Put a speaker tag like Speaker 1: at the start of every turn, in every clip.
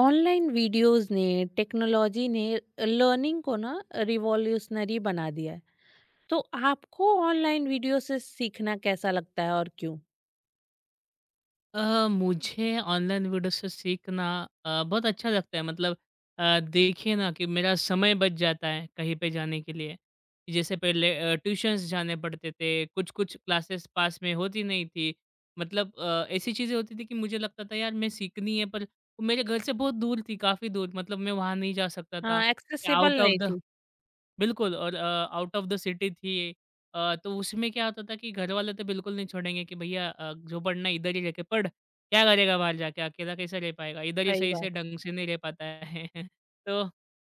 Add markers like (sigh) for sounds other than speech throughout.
Speaker 1: Online videos ने technology ने learning को ना रिवॉल्यूशनरी बना दिया है। तो आपको ऑनलाइन वीडियो से सीखना कैसा लगता है और क्यों?
Speaker 2: मुझे ऑनलाइन वीडियो से सीखना बहुत अच्छा लगता है। मतलब, देखिए ना, कि मेरा समय बच जाता है कहीं पे जाने के लिए। जैसे पहले ट्यूशंस जाने पड़ते थे, कुछ कुछ क्लासेस पास में होती नहीं थी। मतलब, ऐसी चीज़ें होती थी कि मुझे लगता था यार मैं सीखनी है, पर वो मेरे घर से बहुत दूर थी, काफ़ी दूर। मतलब मैं वहाँ नहीं जा सकता था।
Speaker 1: हाँ,
Speaker 2: आउट
Speaker 1: एक्सेसिबल
Speaker 2: ऑफ
Speaker 1: नहीं
Speaker 2: द,
Speaker 1: थी।
Speaker 2: बिल्कुल। और आउट ऑफ द सिटी थी। तो उसमें क्या होता था कि घर वाले तो बिल्कुल नहीं छोड़ेंगे कि भैया, जो पढ़ना है इधर ही रह के पढ़, क्या करेगा बाहर जाके, अकेला कैसे रह पाएगा, इधर ही
Speaker 1: सही
Speaker 2: सही
Speaker 1: बात
Speaker 2: से
Speaker 1: है।
Speaker 2: ढंग से नहीं रह पाता है। (laughs) तो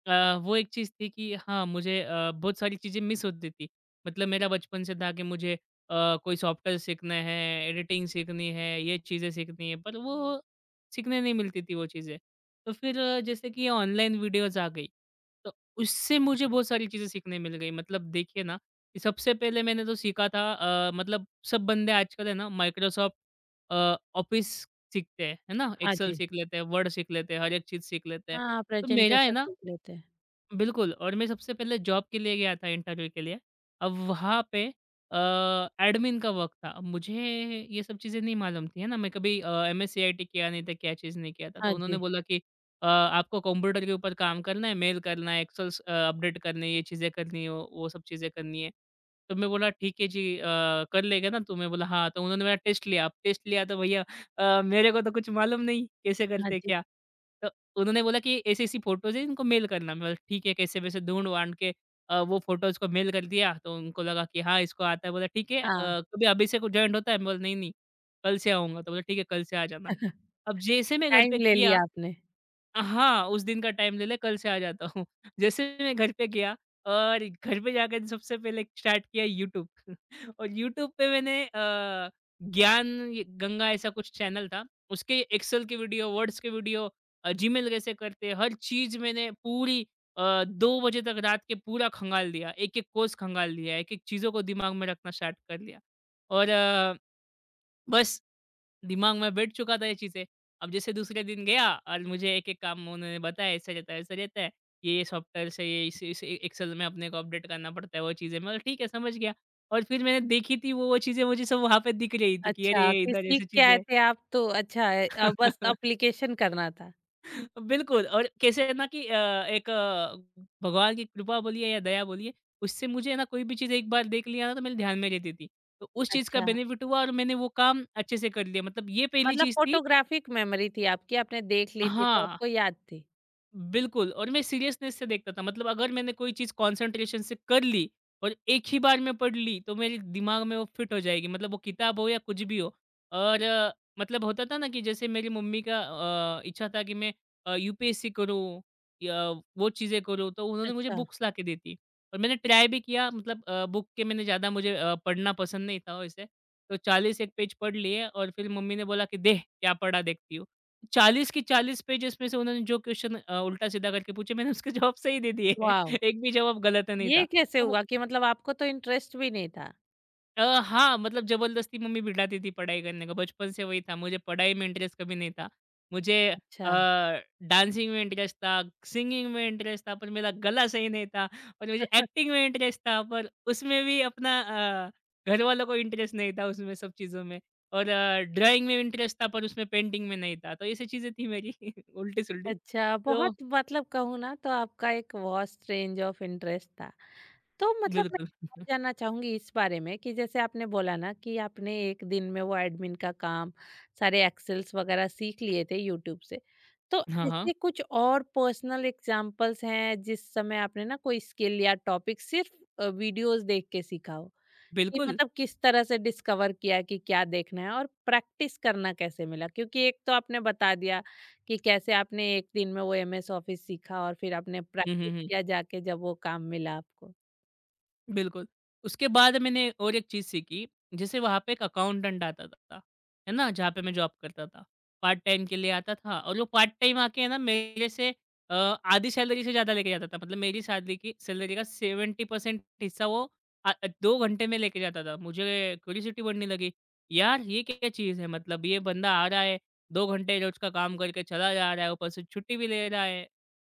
Speaker 2: वो एक चीज़ थी कि हाँ, मुझे बहुत सारी चीज़ें मिस होती थी। मतलब मेरा बचपन से था कि मुझे कोई सॉफ्टवेयर सीखना है, एडिटिंग सीखनी है, ये चीज़ें सीखनी है, पर वो सीखने नहीं मिलती थी वो चीज़ें। तो फिर जैसे कि ऑनलाइन वीडियोज़ आ गई, उससे मुझे बहुत सारी चीज़ें सीखने मिल गई। मतलब देखिए ना, कि सबसे पहले मैंने जो सीखा था, मतलब सब बंदे आजकल है ना, माइक्रोसॉफ्ट ऑफ़िस सीखते हैं, है ना?
Speaker 1: हाँ
Speaker 2: एक्सेल
Speaker 1: जी।
Speaker 2: सीख लेते हैं, वर्ड सीख लेते हैं, हर एक चीज़ सीख लेते हैं।
Speaker 1: हाँ,
Speaker 2: तो मेरा है
Speaker 1: प्रेजेंटेशन
Speaker 2: ना,
Speaker 1: सीख लेते हैं।
Speaker 2: बिल्कुल। और मैं सबसे पहले जॉब के लिए गया था, इंटरव्यू के लिए। अब वहाँ पे एडमिन का वर्क था। अब मुझे ये सब चीज़ें नहीं मालूम थी, है ना? मैं कभी एमएस-सीआईटी किया नहीं था, क्या चीज़ नहीं किया था।
Speaker 1: हाँ
Speaker 2: तो उन्होंने
Speaker 1: जी।
Speaker 2: बोला कि "आपको कंप्यूटर के ऊपर काम करना है, मेल करना है, एक्सेल्स अपडेट करने हैं, ये चीज़ें करनी है, वो सब चीज़ें करनी है।" तो मैं बोला, "ठीक है जी।" "कर लेगा ना तू?" मैं बोला, "हाँ।" तो उन्होंने मेरा टेस्ट लिया। अब टेस्ट लिया तो भैया, मेरे को तो कुछ मालूम नहीं, कैसे
Speaker 1: हाँ
Speaker 2: करते हैं,
Speaker 1: जी।
Speaker 2: क्या? तो उन्होंने बोला कि ऐसी-ऐसी फ़ोटोज़ हैं, इनको मेल करना। मैं बोला ठीक है, कैसे-वैसे ढूँढ-वाँढ के वो फ़ोटोज़ को मेल कर दिया। तो उनको लगा कि हाँ, इसको आता है। बोला ठीक है,
Speaker 1: हाँ।
Speaker 2: कभी अभी से को जॉइंट होता है? मैं बोला नहीं, नहीं, कल से आऊँगा। तो बोला ठीक है, कल से आ जाना।
Speaker 1: (laughs)
Speaker 2: अब जैसे मैं घर
Speaker 1: टाइम
Speaker 2: पे
Speaker 1: ले
Speaker 2: किया,
Speaker 1: लिया आपने।
Speaker 2: हाँ, उस दिन का टाइम ले ले, कल से आ जाता हूँ। (laughs) जैसे ही मैं घर पे गया और घर पे जाकर सबसे पहले स्टार्ट किया यूट्यूब। (laughs) और यूट्यूब पे मैंने ज्ञान य गंगा ऐसा कुछ चैनल था। उसके एक्सेल की वीडियो, वर्ड्स की वीडियो, जीमेल कैसे करते हैं, हर चीज़ मैंने पूरी 2 बजे तक रात के पूरा खंगाल दिया। एक-एक कोर्स खंगाल लिया, एक-एक चीज़ों को दिमाग में रखना स्टार्ट कर लिया, और बस दिमाग में बैठ चुका था ये चीज़ें। अब जैसे दूसरे दिन गया और मुझे एक-एक काम उन्होंने बताया, ऐसा रहता है, वैसा रहता है। ये सॉफ्टवेयर से ये इस एक्सेल में अपने को अपडेट करना पड़ता है वो चीज़ें। मैं बोला ठीक है, समझ गया। और फिर मैंने देखी थी वो चीज़ें, मुझे सब वहाँ पे दिख रही थी कि अरे!
Speaker 1: अच्छा,
Speaker 2: ये
Speaker 1: कि
Speaker 2: इधर
Speaker 1: सीख
Speaker 2: ऐसी
Speaker 1: के आए
Speaker 2: चीज़ें।
Speaker 1: थे आप तो अच्छा है, अब बस
Speaker 2: (laughs)
Speaker 1: अप्लीकेशन करना था।
Speaker 2: बिल्कुल। और कैसे है ना कि एक, भगवान की कृपा बोलिए या दया बोलिए, उससे मुझे है ना कोई भी चीज़ एक बार देख लिया ना तो मेरे ध्यान में रहती थी। तो उस चीज़ का
Speaker 1: अच्छा,
Speaker 2: बेनिफिट हुआ और मैंने वो काम अच्छे से कर लिया। मतलब ये पहली
Speaker 1: मतलब
Speaker 2: चीज़ थी।
Speaker 1: फोटोग्राफिक मेमोरी थी आपकी, आपने देख ली थी तो
Speaker 2: हाँ,
Speaker 1: आपको याद थी।
Speaker 2: बिल्कुल। और मैं सीरियसनेस से देखता था। मतलब अगर मैंने कोई चीज़ कंसंट्रेशन से कर ली और एक ही बार में पढ़ ली, तो मेरे दिमाग में वो फिट हो जाएगी। मतलब वो किताब हो या कुछ भी हो। और मतलब होता था ना कि जैसे मेरी मम्मी का इच्छा था कि मैं यूपीएससी करूँ या वो चीज़ें करूँ, तो उन्होंने मुझे
Speaker 1: अच्छा।
Speaker 2: बुक्स लाके दी थी। और मैंने ट्राई भी किया, मतलब बुक के मैंने ज़्यादा, मुझे पढ़ना पसंद नहीं था वैसे। तो 40 एक पेज पढ़ लिए और फिर मम्मी ने बोला कि, "देख क्या पढ़ा देखती हो।" 40 के 40 पेज इसमें से उन्होंने जो क्वेश्चन उल्टा-सीधा करके पूछे, मैंने उसके जवाब सही दे दिए हैं।
Speaker 1: वाह।
Speaker 2: (laughs) एक भी जवाब गलत नहीं था।
Speaker 1: ये कैसे
Speaker 2: तो वो,
Speaker 1: हुआ कि मतलब आपको तो इंटरेस्ट भी नहीं था?
Speaker 2: हाँ, मतलब ज़बरदस्ती मम्मी बिठाती थी पढ़ाई करने को, बचपन से वही था। मुझे पढ़ाई में इंटरेस्ट कभी नहीं था। मुझे अ,
Speaker 1: अच्छा।
Speaker 2: डांसिंग में इंटरेस्ट था, सिंगिंग में इंटरेस्ट था, पर मेरा गला सही नहीं था। और मुझे एक्टिंग में इंटरेस्ट था, पर उसमें भी अपना, अ, घरवालों को इंटरेस्ट नहीं था उसमें, सब चीज़ों में। और ड्राइंग में इंटरेस्ट था, पर उसमें पेंटिंग में नहीं था। तो ये सब चीज़ें थी मेरी (laughs) उल्टी-सुल्टी।
Speaker 1: अच्छा
Speaker 2: तो
Speaker 1: बहुत, मतलब कहूँ ना तो आपका एक वास्ट रेंज ऑफ इंटरेस्ट था। तो मतलब मैं
Speaker 2: बिल्कुल।
Speaker 1: और
Speaker 2: (laughs)
Speaker 1: जानना चाहूँगी इस बारे में कि जैसे आपने बोला ना कि आपने एक दिन में वो एडमिन का काम, सारे एक्सेल्स वगैरह सीख लिए थे यूट्यूब से। तो
Speaker 2: हाँ, हाँ।
Speaker 1: ऐसे कुछ और पर्सनल एग्ज़ाम्पल्स हैं जिस समय आपने ना कोई स्किल या टॉपिक सिर्फ़ वीडियोज़ देख के सीखा हो? कि
Speaker 2: बिल्कुल।
Speaker 1: मतलब किस तरह से डिस्कवर किया कि क्या देखना है और प्रैक्टिस करना कैसे मिला? क्योंकि एक तो आपने बता दिया कि कैसे आपने 1 दिन में वो एमएस ऑफिस सीखा और फिर आपने
Speaker 2: हुँ, हुँ,
Speaker 1: प्रैक्टिस
Speaker 2: हुँ।
Speaker 1: किया जाके जब वो काम मिला आपको।
Speaker 2: बिल्कुल। उसके बाद मैंने और एक चीज़ सीखी, जैसे वहाँ पे एक अकाउंटेंट आता था, है ना? जहाँ पे मैं जॉब करता था। पार्ट टाइम के लिए आता था, और वो पार्ट टाइम आके है ना मेरे से आधी सैलरी से ज़्यादा लेके जाता था। मतलब मेरी सैलरी की सैलरी का 70% हिस्सा वो 2 घंटे में लेके जाता था। मुझे क्यूरियोसिटी बढ़ने लगी, यार ये क्या चीज़ है? मतलब ये बंदा आ रहा है, 2 घंटे रोज़ का काम करके चला जा रहा है, ऊपर से छुट्टी भी ले रहा है।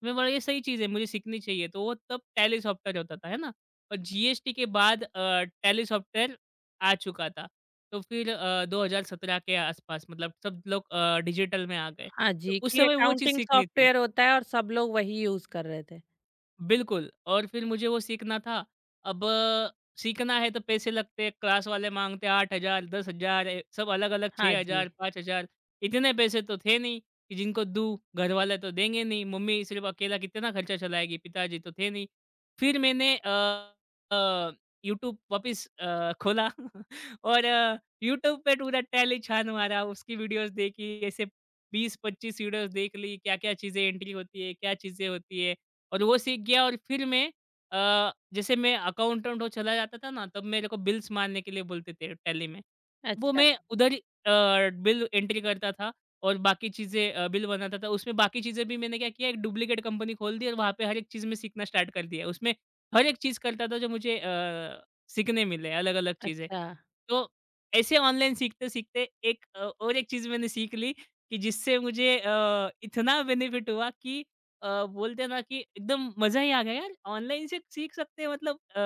Speaker 2: मैं बोला ये सही चीज़ है, मुझे सीखनी चाहिए। तो वो तब टैली सॉफ्टवेयर होता था, है ना? और जीएसटी के बाद टैली सॉफ्टवेयर आ चुका था। तो फिर 2017 के आसपास, मतलब सब लोग डिजिटल में आ गए।
Speaker 1: हाँ
Speaker 2: तो
Speaker 1: जी,
Speaker 2: उस
Speaker 1: कि
Speaker 2: समय वो चीज़
Speaker 1: अकाउंटिंग
Speaker 2: सीखनी थी।
Speaker 1: सॉफ्टवेयर होता है और सब लोग वही यूज़ कर रहे थे।
Speaker 2: बिल्कुल, और फिर मुझे वो सीखना था। अब सीखना है तो पैसे लगते हैं, क्लास वाले माँगते हैं 8,000, 10,000 ए, सब अलग-अलग
Speaker 1: हाँ जी।
Speaker 2: 6,000, 5,000। इतने पैसे तो थे नहीं कि जिनको दूँ, घरवाले तो देंगे नहीं, मम्मी सिर्फ़ अकेला कितना खर्चा चलाएगी, पिताजी तो थे नहीं। फिर मैंने अ, यूट्यूब वापस खोला (laughs) और यूट्यूब पे पूरा टैली छान मारा, उसकी वीडियोज़ देखी, ऐसे 20-25 वीडियोज़ देख ली, क्या-क्या चीज़ें एंट्री होती है, क्या चीज़ें होती है। और वो सीख गया और फिर मैं, जैसे मैं अकाउंटेंट हो चला जाता था ना, तब मेरे को बिल्स मारने के लिए बोलते थे टैली में। वो
Speaker 1: अच्छा।
Speaker 2: मैं उधर ही बिल एंट्री करता था, और बाकी चीज़ें बिल बनाता था। उसमें बाकी चीज़ें भी मैंने क्या किया, एक डुप्लीकेट कंपनी खोल दी और वहाँ पे हर एक चीज़ मैं सीखना स्टार्ट कर दिया। उसमें हर एक चीज़ करता था जो मुझे सीखने मिले, अलग-अलग चीज़ें।
Speaker 1: अच्छा।
Speaker 2: तो ऐसे ऑनलाइन सीखते-सीखते एक, और एक चीज़ मैंने सीख ली, कि जिससे मुझे इतना बेनिफिट हुआ कि, बोलते हैं ना कि एकदम मज़ा ही आ गया यार, ऑनलाइन से सीख सकते हैं। मतलब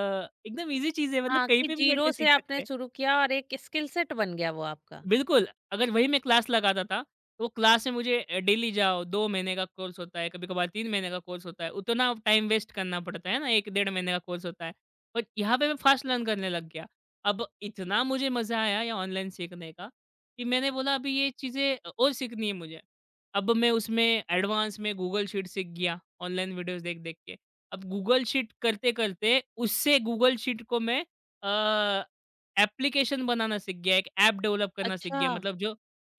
Speaker 2: एकदम ईज़ी चीज़ है, मतलब
Speaker 1: हाँ,
Speaker 2: कहीं
Speaker 1: कि
Speaker 2: पे भी बैठ के
Speaker 1: ज़ीरो
Speaker 2: सीख
Speaker 1: से आपने
Speaker 2: सकते हैं।
Speaker 1: शुरू किया और एक स्किल सेट बन गया वो आपका।
Speaker 2: बिल्कुल, अगर वही मैं क्लास लगाता था, तो वो क्लास में मुझे डेली जाओ, 2 महीने का कोर्स होता है, कभी-कभार 3 महीने का कोर्स होता है, उतना टाइम वेस्ट करना पड़ता है ना, 1 डेढ़ महीने का कोर्स होता है। बट यहाँ पे मैं फास्ट लर्न करने लग गया। अब इतना मुझे मज़ा आया ये ऑनलाइन सीखने का, कि मैंने बोला अभी ये चीज़ें और सीखनी है मुझे। अब मैं उसमें एडवांस में गूगल शीट सीख गया, ऑनलाइन वीडियोज़ देख-देख के। अब गूगल शीट करते-करते उससे गूगल शीट को मैं अ एप्लीकेशन बनाना सीख गया, एक ऐप डेवलप करना सीख
Speaker 1: अच्छा,
Speaker 2: गया। मतलब जो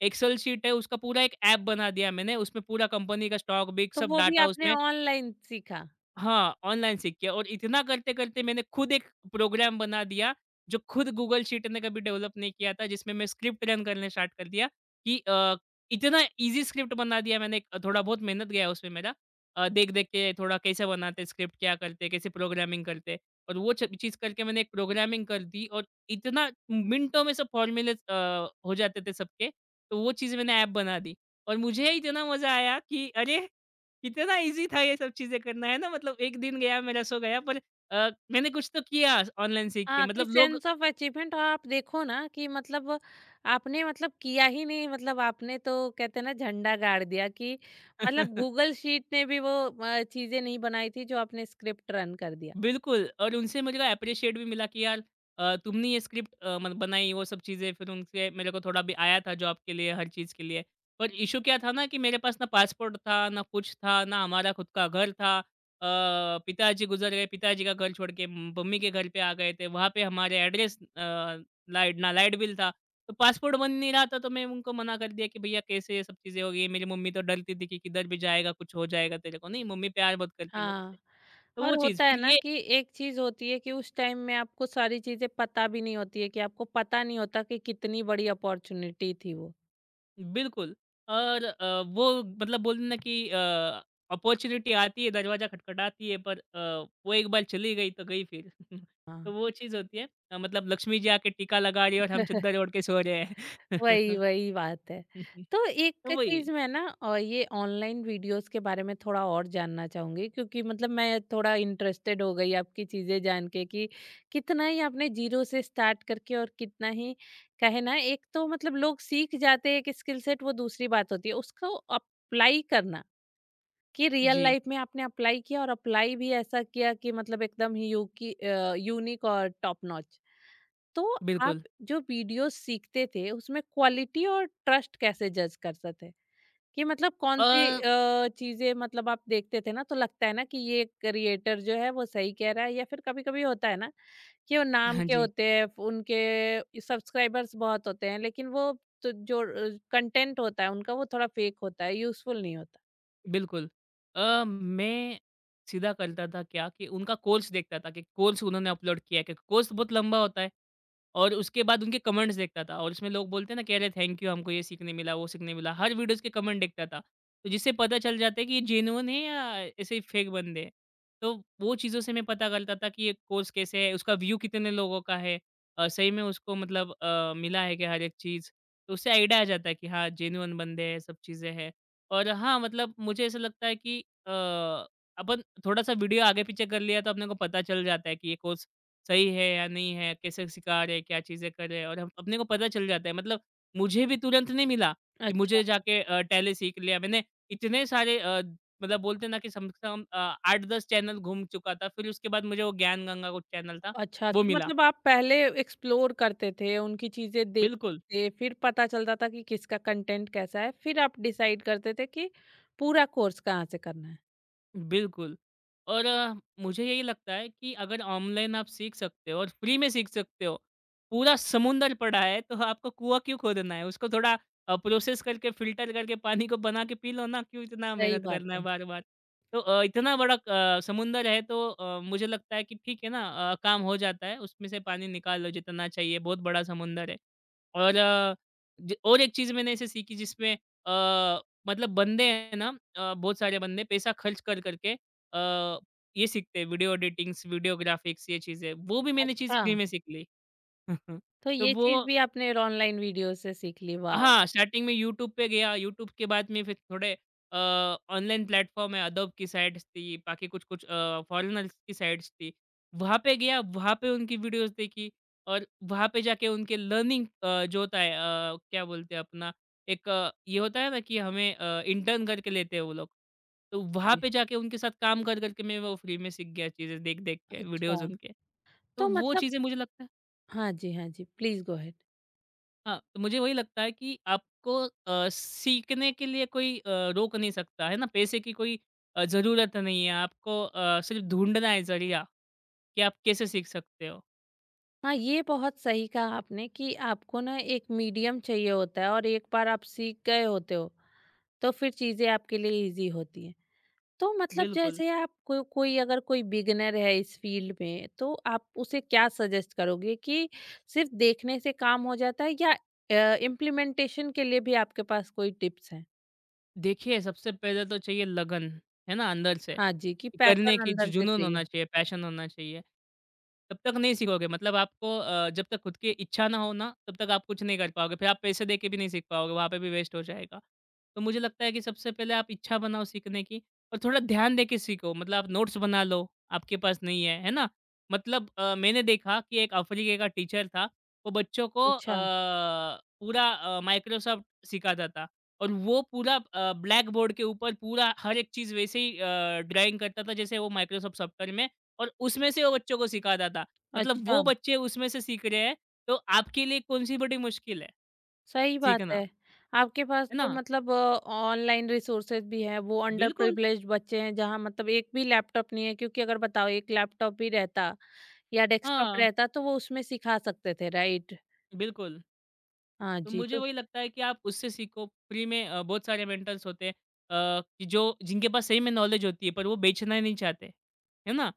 Speaker 2: एक्सेल शीट है उसका पूरा एक ऐप बना दिया मैंने, उसमें पूरा कंपनी का स्टॉक-बिक
Speaker 1: तो
Speaker 2: सब
Speaker 1: वो भी
Speaker 2: डाटा
Speaker 1: आपने
Speaker 2: उसमें।
Speaker 1: ऑनलाइन सीखा?
Speaker 2: हाँ, ऑनलाइन सीख के और इतना करते-करते मैंने खुद एक प्रोग्राम बना दिया, जो खुद गूगल शीट ने कभी डेवलप नहीं किया था, जिसमें मैं स्क्रिप्ट रन करने स्टार्ट कर दिया कि इतना ईज़ी स्क्रिप्ट बना दिया मैंने, थोड़ा बहुत मेहनत गया उसमें मेरा। देख-देख के थोड़ा कैसे बनाते हैं स्क्रिप्ट, क्या करते हैं, कैसे प्रोग्रामिंग करते हैं, और वो च चीज़ करके मैंने एक प्रोग्रामिंग कर दी, और इतना मिनटों में सब फ़ॉर्मूले हो जाते थे सबके, तो वो चीज़ मैंने ऐप बना दी। और मुझे इतना मज़ा आया कि अरे! कितना ईज़ी था ये सब चीज़ें करना, है ना? मतलब 1 दिन गया मेरा सो गया पर मैंने कुछ तो किया ऑनलाइन सीख के
Speaker 1: हाँ, कि
Speaker 2: मतलब लोग
Speaker 1: सेंस ऑफ अचीवमेंट। और आप देखो ना कि मतलब आपने मतलब किया ही नहीं, मतलब आपने तो कहते हैं ना, झंडा गाड़ दिया कि मतलब
Speaker 2: (laughs)
Speaker 1: गूगल शीट ने भी वो चीजें नहीं बनाई थी जो आपने स्क्रिप्ट रन कर दिया।
Speaker 2: बिल्कुल, और उनसे मुझे एप्रिशिएट भी मिला कि यार तुमने ये स्क्रिप्ट मत बनाई वो सब चीज़ें फिर उनसे मेरे को थोड़ा भी आया था जॉब के लिए, हर चीज़ के लिए। पर इश्यू क्या था ना कि मेरे पास ना पासपोर्ट था, ना कुछ था, ना हमारा खुद का घर था। पिताजी गुज़र गए, पिताजी का घर छोड़ के मम्मी के घर पे आ गए थे। वहाँ पे हमारे एड्रेस लाइट ना लाइट बिल था। तो पासपोर्ट बन नहीं रहा था तो मैं उनको मना कर दिया कि भैया कैसे ये सब चीज़ें हो गई। मेरी मम्मी तो डरती थी कि किधर भी जाएगा कुछ हो जाएगा तेरे को। नहीं मम्मी प्यार बहुत करती है मेरे से।
Speaker 1: हाँ,
Speaker 2: तो
Speaker 1: और
Speaker 2: वो चीज़
Speaker 1: होता
Speaker 2: फिर
Speaker 1: है ना
Speaker 2: ये
Speaker 1: कि एक चीज होती है कि उस टाइम में आपको सारी चीजें पता भी नहीं होती है, कि आपको पता नहीं होता कि कितनी बड़ी अपॉर्चुनिटी थी वो।
Speaker 2: बिल्कुल और वो मतलब बोले ना कि अपॉर्चुनिटी आती है, दरवाज़ा खटखटाती है पर वो एक बार चली गई तो गई फिर। (laughs) तो
Speaker 1: हाँ।
Speaker 2: वो चीज़ होती है मतलब लक्ष्मी जी आके टीका लगा रही है और हम चद्दर
Speaker 1: (laughs)
Speaker 2: ओढ़ के सो रहे हैं।
Speaker 1: वही
Speaker 2: (laughs)
Speaker 1: वही बात है। तो
Speaker 2: तो
Speaker 1: एक
Speaker 2: वही।
Speaker 1: चीज मैं ना और ये ऑनलाइन वीडियोस के बारे में थोड़ा और जानना चाहूंगी, क्योंकि मतलब मैं थोड़ा इंटरेस्टेड हो गई आपकी चीजें जान के कि कितना ही आपने जीरो से स्टार्ट करके और कितना ही कहे ना, एक तो मतलब लोग सीख जाते हैं एक स्किल सेट, वो दूसरी बात होती है उसको अप्लाई करना। कि रियल
Speaker 2: जी,
Speaker 1: लाइफ में आपने अप्लाई किया और अप्लाई भी ऐसा किया कि मतलब एकदम ही यू की यूनिक और टॉप नॉच। तो आप
Speaker 2: बिल्कुल।
Speaker 1: जो वीडियो सीखते थे उसमें क्वालिटी और ट्रस्ट कैसे जज कर सकते कि मतलब कौन
Speaker 2: अ,
Speaker 1: सी चीजें, मतलब आप देखते थे ना तो लगता है ना कि ये क्रिएटर जो है वो सही कह रहा है या फिर कभी कभी होता है ना कि वो नाम
Speaker 2: हाँ
Speaker 1: के
Speaker 2: जी,
Speaker 1: होते हैं, उनके सब्सक्राइबर्स बहुत होते हैं लेकिन वो, तो जो कंटेंट होता है उनका वो थोड़ा फेक होता है, यूजफुल नहीं होता।
Speaker 2: बिल्कुल। मैं सीधा करता था क्या कि उनका कोर्स देखता था कि कोर्स उन्होंने अपलोड किया है क्योंकि कोर्स बहुत लंबा होता है। और उसके बाद उनके कमेंट्स देखता था और उसमें लोग बोलते हैं ना कह रहे थैंक यू हमको ये सीखने मिला, वो सीखने मिला। हर वीडियोज़ के कमेंट देखता था। तो जिससे पता चल जाता है कि ये जेन्युइन है या ऐसे ही फेक बंदे हैं। तो वो चीज़ों से मैं पता करता था कि ये कोर्स कैसे है, उसका व्यू कितने लोगों का है सही में उसको मतलब मिला है क्या हर एक चीज़। तो उससे आइडिया आ जाता है कि हाँ, जेन्युइन बंदे हैं, सब चीज़ें हैं। और हाँ, मतलब मुझे ऐसा लगता है कि अ, अपन थोड़ा-सा वीडियो आगे-पीछे कर लिया तो अपने को पता चल जाता है कि ये कोर्स सही है या नहीं है, कैसे सिखा रहे हैं, क्या चीज़ें कर रहे हैं और हम अपने को पता चल जाता है। मतलब मुझे भी तुरंत नहीं मिला कि मुझे जाके टैली सीख लिया। मैंने इतने सारे मतलब बोलते हैं ना कि कम से कम 8-10 चैनल घूम चुका था। फिर उसके बाद मुझे वो ज्ञान गंगा कुछ चैनल था,
Speaker 1: अच्छा,
Speaker 2: वो
Speaker 1: कि
Speaker 2: मिला।
Speaker 1: मतलब आप पहले एक्सप्लोर करते थे, उनकी चीज़ें देखते
Speaker 2: बिल्कुल।
Speaker 1: थे, फिर पता चलता था कि किसका कंटेंट कैसा है, फिर आप डिसाइड करते थे कि पूरा कोर्स कहाँ से करना है।
Speaker 2: बिल्कुल और मुझे यही लगता है कि अगर ऑनलाइन आप सीख सकते हो और फ्री में सीख सकते हो, पूरा समुंदर पड़ा है तो आपको कुआँ क्यों खोदना है? उसको थोड़ा प्रोसेस करके फ़िल्टर करके पानी को बना के पी लो ना, क्यों इतना
Speaker 1: सही
Speaker 2: मेहनत
Speaker 1: बात
Speaker 2: करना है
Speaker 1: है।
Speaker 2: बार-बार? तो इतना बड़ा समुंदर है तो मुझे लगता है कि ठीक है ना काम हो जाता है, उसमें से पानी निकाल लो जितना चाहिए, बहुत बड़ा समुंदर है। और ज और एक चीज़ मैंने ऐसे सीखी जिसमें मतलब बंदे हैं ना बहुत सारे बंदे पैसा खर्च कर करके ये सीखते हैं वीडियो एडिटिंग्स, वीडियो ग्राफ़िक्स ये चीज़ें, वो भी मैंने चीज़
Speaker 1: अच्छा,
Speaker 2: फ्री में सीख ली। (laughs)
Speaker 1: तो
Speaker 2: तो
Speaker 1: ये चीज़
Speaker 2: वो
Speaker 1: भी आपने ऑनलाइन वीडियो से सीख ली, वाओ!
Speaker 2: हाँ, स्टार्टिंग में यूट्यूब पे गया, यूट्यूब के बाद में फिर थोड़े अ, ऑनलाइन प्लेटफ़ॉर्म है, अडोब की साइट्स थी, बाकी कुछ-कुछ फ़ॉरेनर्स की साइट्स थी। वहाँ पे गया, वहाँ पे उनकी वीडियोज़ देखी और वहाँ पे जाके उनके लर्निंग जो होता है क्या बोलते हैं अपना एक ये होता है ना कि हमें इंटर्न करके लेते हैं वो लोग। तो वहाँ
Speaker 1: जी।
Speaker 2: पे जाके उनके साथ काम कर-कर के मैं वो फ्री में सीख गया चीज़ें देख-देख के, वीडियोज़
Speaker 1: अच्छा,
Speaker 2: उनके। तो
Speaker 1: तो
Speaker 2: वो
Speaker 1: मतलब
Speaker 2: चीज़ें मुझे लगता है
Speaker 1: हाँ जी, हाँ जी, प्लीज़ गो अहेड।
Speaker 2: हाँ, तो मुझे वही लगता है कि आपको सीखने के लिए कोई रोक नहीं सकता, है ना? पैसे की कोई ज़रूरत नहीं है, आपको सिर्फ़ ढूँढना है ज़रिया कि आप कैसे सीख सकते हो।
Speaker 1: हाँ, ये बहुत सही कहा आपने कि आपको ना एक मीडियम चाहिए होता है, और एक बार आप सीख गए होते हो, तो फिर चीज़ें आपके लिए ईज़ी होती हैं। तो मतलब
Speaker 2: बिल्कुल।
Speaker 1: जैसे आप को, कोई अगर कोई बिगिनर है इस फील्ड में तो आप उसे क्या सजेस्ट करोगे कि सिर्फ देखने से काम हो जाता है या इम्प्लीमेंटेशन के लिए भी आपके पास कोई टिप्स हैं?
Speaker 2: देखिए, सबसे पहले तो चाहिए लगन, है ना? अंदर से,
Speaker 1: हाँ जी, कि
Speaker 2: करने
Speaker 1: पैशन
Speaker 2: की जु
Speaker 1: अंदर से
Speaker 2: जुनून होना
Speaker 1: चाहिए।
Speaker 2: चाहिए, पैशन होना चाहिए। तब तक नहीं सीखोगे मतलब आपको जब तक खुद की इच्छा ना हो ना, तब तक आप कुछ नहीं कर पाओगे। फिर आप पैसे दे के भी नहीं सीख पाओगे, वहाँ पे भी वेस्ट हो जाएगा। तो मुझे लगता है कि सबसे पहले आप इच्छा बनाओ सीखने की और थोड़ा ध्यान दे के सीखो। मतलब आप नोट्स बना लो, आपके पास नहीं है, है ना? मतलब मैंने देखा कि एक अफ्रीका का टीचर था, वो बच्चों को
Speaker 1: अच्छा।
Speaker 2: पूरा माइक्रोसॉफ्ट सिखाता था। और वो पूरा ब्लैक बोर्ड के ऊपर पूरा हर एक चीज़ वैसे ही ड्राइंग करता था जैसे वो माइक्रोसॉफ्ट सॉफ्टवेयर में और उसमें से वो बच्चों को सिखाता था। मतलब
Speaker 1: अच्छा,
Speaker 2: वो बच्चे उसमें से सीख रहे हैं, तो आपके लिए कौन-सी बड़ी मुश्किल है
Speaker 1: सही बात
Speaker 2: सीखना,
Speaker 1: है। आपके पास
Speaker 2: है
Speaker 1: तो
Speaker 2: ना?
Speaker 1: मतलब ऑनलाइन रिसोर्सेज भी हैं, वो अंडर
Speaker 2: बिल्कुल,
Speaker 1: प्रिविलेज्ड बच्चे हैं जहाँ मतलब एक भी लैपटॉप नहीं है, क्योंकि अगर बताओ एक लैपटॉप भी रहता या डेस्कटॉप
Speaker 2: हाँ,
Speaker 1: रहता तो वो उसमें सिखा सकते थे, राइट?
Speaker 2: बिल्कुल।
Speaker 1: हाँ
Speaker 2: तो
Speaker 1: जी,
Speaker 2: मुझे
Speaker 1: तो
Speaker 2: वही लगता है कि आप उससे सीखो। फ्री में बहुत सारे मेंटर्स होते हैं कि जो जिनके पास सही में नॉलेज होती है पर वो बेचना ही नहीं चाहते, है ना?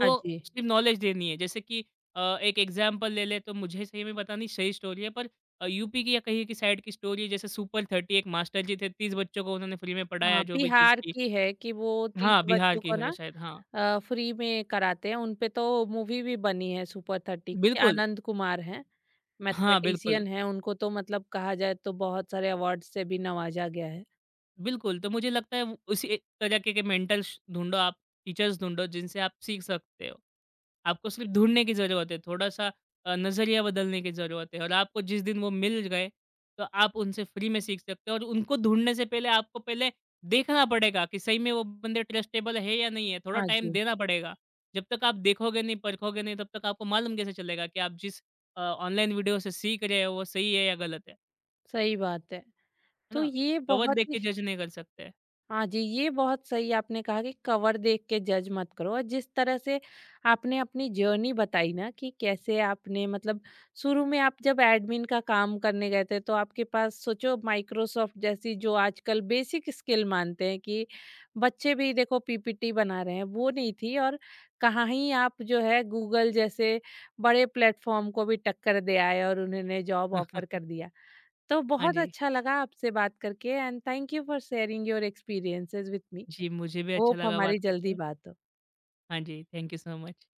Speaker 1: हाँ जी।
Speaker 2: सिर्फ़ नॉलेज देनी है। जैसे कि एक एग्ज़ाम्पल ले लें तो मुझे सही में पता नहीं सही स्टोरी है पर यूपी की या कहीं की साइड की स्टोरी है जैसे सुपर 30 एक मास्टर जी थे 30 बच्चों को उन्होंने फ्री में पढ़ाया
Speaker 1: हाँ,
Speaker 2: जो भी चीज़
Speaker 1: बिहार
Speaker 2: की।
Speaker 1: की है कि वो 30
Speaker 2: हाँ, बिहार
Speaker 1: बच्चों
Speaker 2: की
Speaker 1: को
Speaker 2: है
Speaker 1: ना
Speaker 2: शायद हाँ।
Speaker 1: फ्री में कराते हैं, उनपे तो मूवी भी बनी है सुपर 30 की,
Speaker 2: बिल्कुल,
Speaker 1: आनंद कुमार हैं,
Speaker 2: हाँ, बिल्कुल।
Speaker 1: मैथमेटिशियन हैं, उनको तो मतलब कहा जाए तो बहुत सारे अवार्ड से भी नवाजा गया है।
Speaker 2: बिल्कुल, तो मुझे लगता है वो उसी एक तरह के मेंटर्स ढूँढो आप, टीचर्स ढूँढो जिनसे आप सीख सकते हो। आपको सिर्फ़ ढूँढने की ज़रूरत है, थोड़ा-सा नज़रिया बदलने की ज़रूरत है और आपको जिस दिन वो मिल गए, तो आप उनसे फ्री में सीख सकते हो और उनको ढूँढने से पहले आपको पहले देखना पड़ेगा कि सही में वो बंदे ट्रस्टेबल है या नहीं है, थोड़ा
Speaker 1: हाँ
Speaker 2: टाइम
Speaker 1: जी,
Speaker 2: देना पड़ेगा। जब तक आप देखोगे नहीं, परखोगे नहीं, तब तक आपको मालूम कैसे चलेगा कि आप जिस ऑनलाइन वीडियो से सीख रहे हो, वो सही है या गलत
Speaker 1: सही बात है।
Speaker 2: है
Speaker 1: तो
Speaker 2: ना?
Speaker 1: ये
Speaker 2: कवर देख
Speaker 1: बहुत
Speaker 2: के
Speaker 1: ही
Speaker 2: जज नहीं कर सकते।
Speaker 1: हाँ जी, ये बहुत सही आपने कहा कि कवर देख के जज मत करो। और जिस तरह से आपने अपनी जर्नी बताई ना कि कैसे आपने मतलब शुरू में आप जब एडमिन का काम करने गए थे तो आपके पास सोचो माइक्रोसॉफ्ट जैसी जो आजकल बेसिक स्किल मानते हैं कि बच्चे भी देखो पीपीटी बना रहे हैं, वो नहीं थी, और कहाँ ही आप जो है गूगल जैसे बड़े प्लेटफॉर्म को भी टक्कर दे आए और उन्होंने जॉब ऑफर
Speaker 2: (laughs)
Speaker 1: कर दिया। तो
Speaker 2: हाँ
Speaker 1: बहुत
Speaker 2: जी।
Speaker 1: अच्छा लगा आपसे बात करके। And thank you for sharing your experiences with मी।
Speaker 2: जी, मुझे भी अच्छा
Speaker 1: होप
Speaker 2: लगा बात
Speaker 1: हमारी जल्दी
Speaker 2: करके।
Speaker 1: बात हो।
Speaker 2: हाँ जी, थैंक यू सो मच।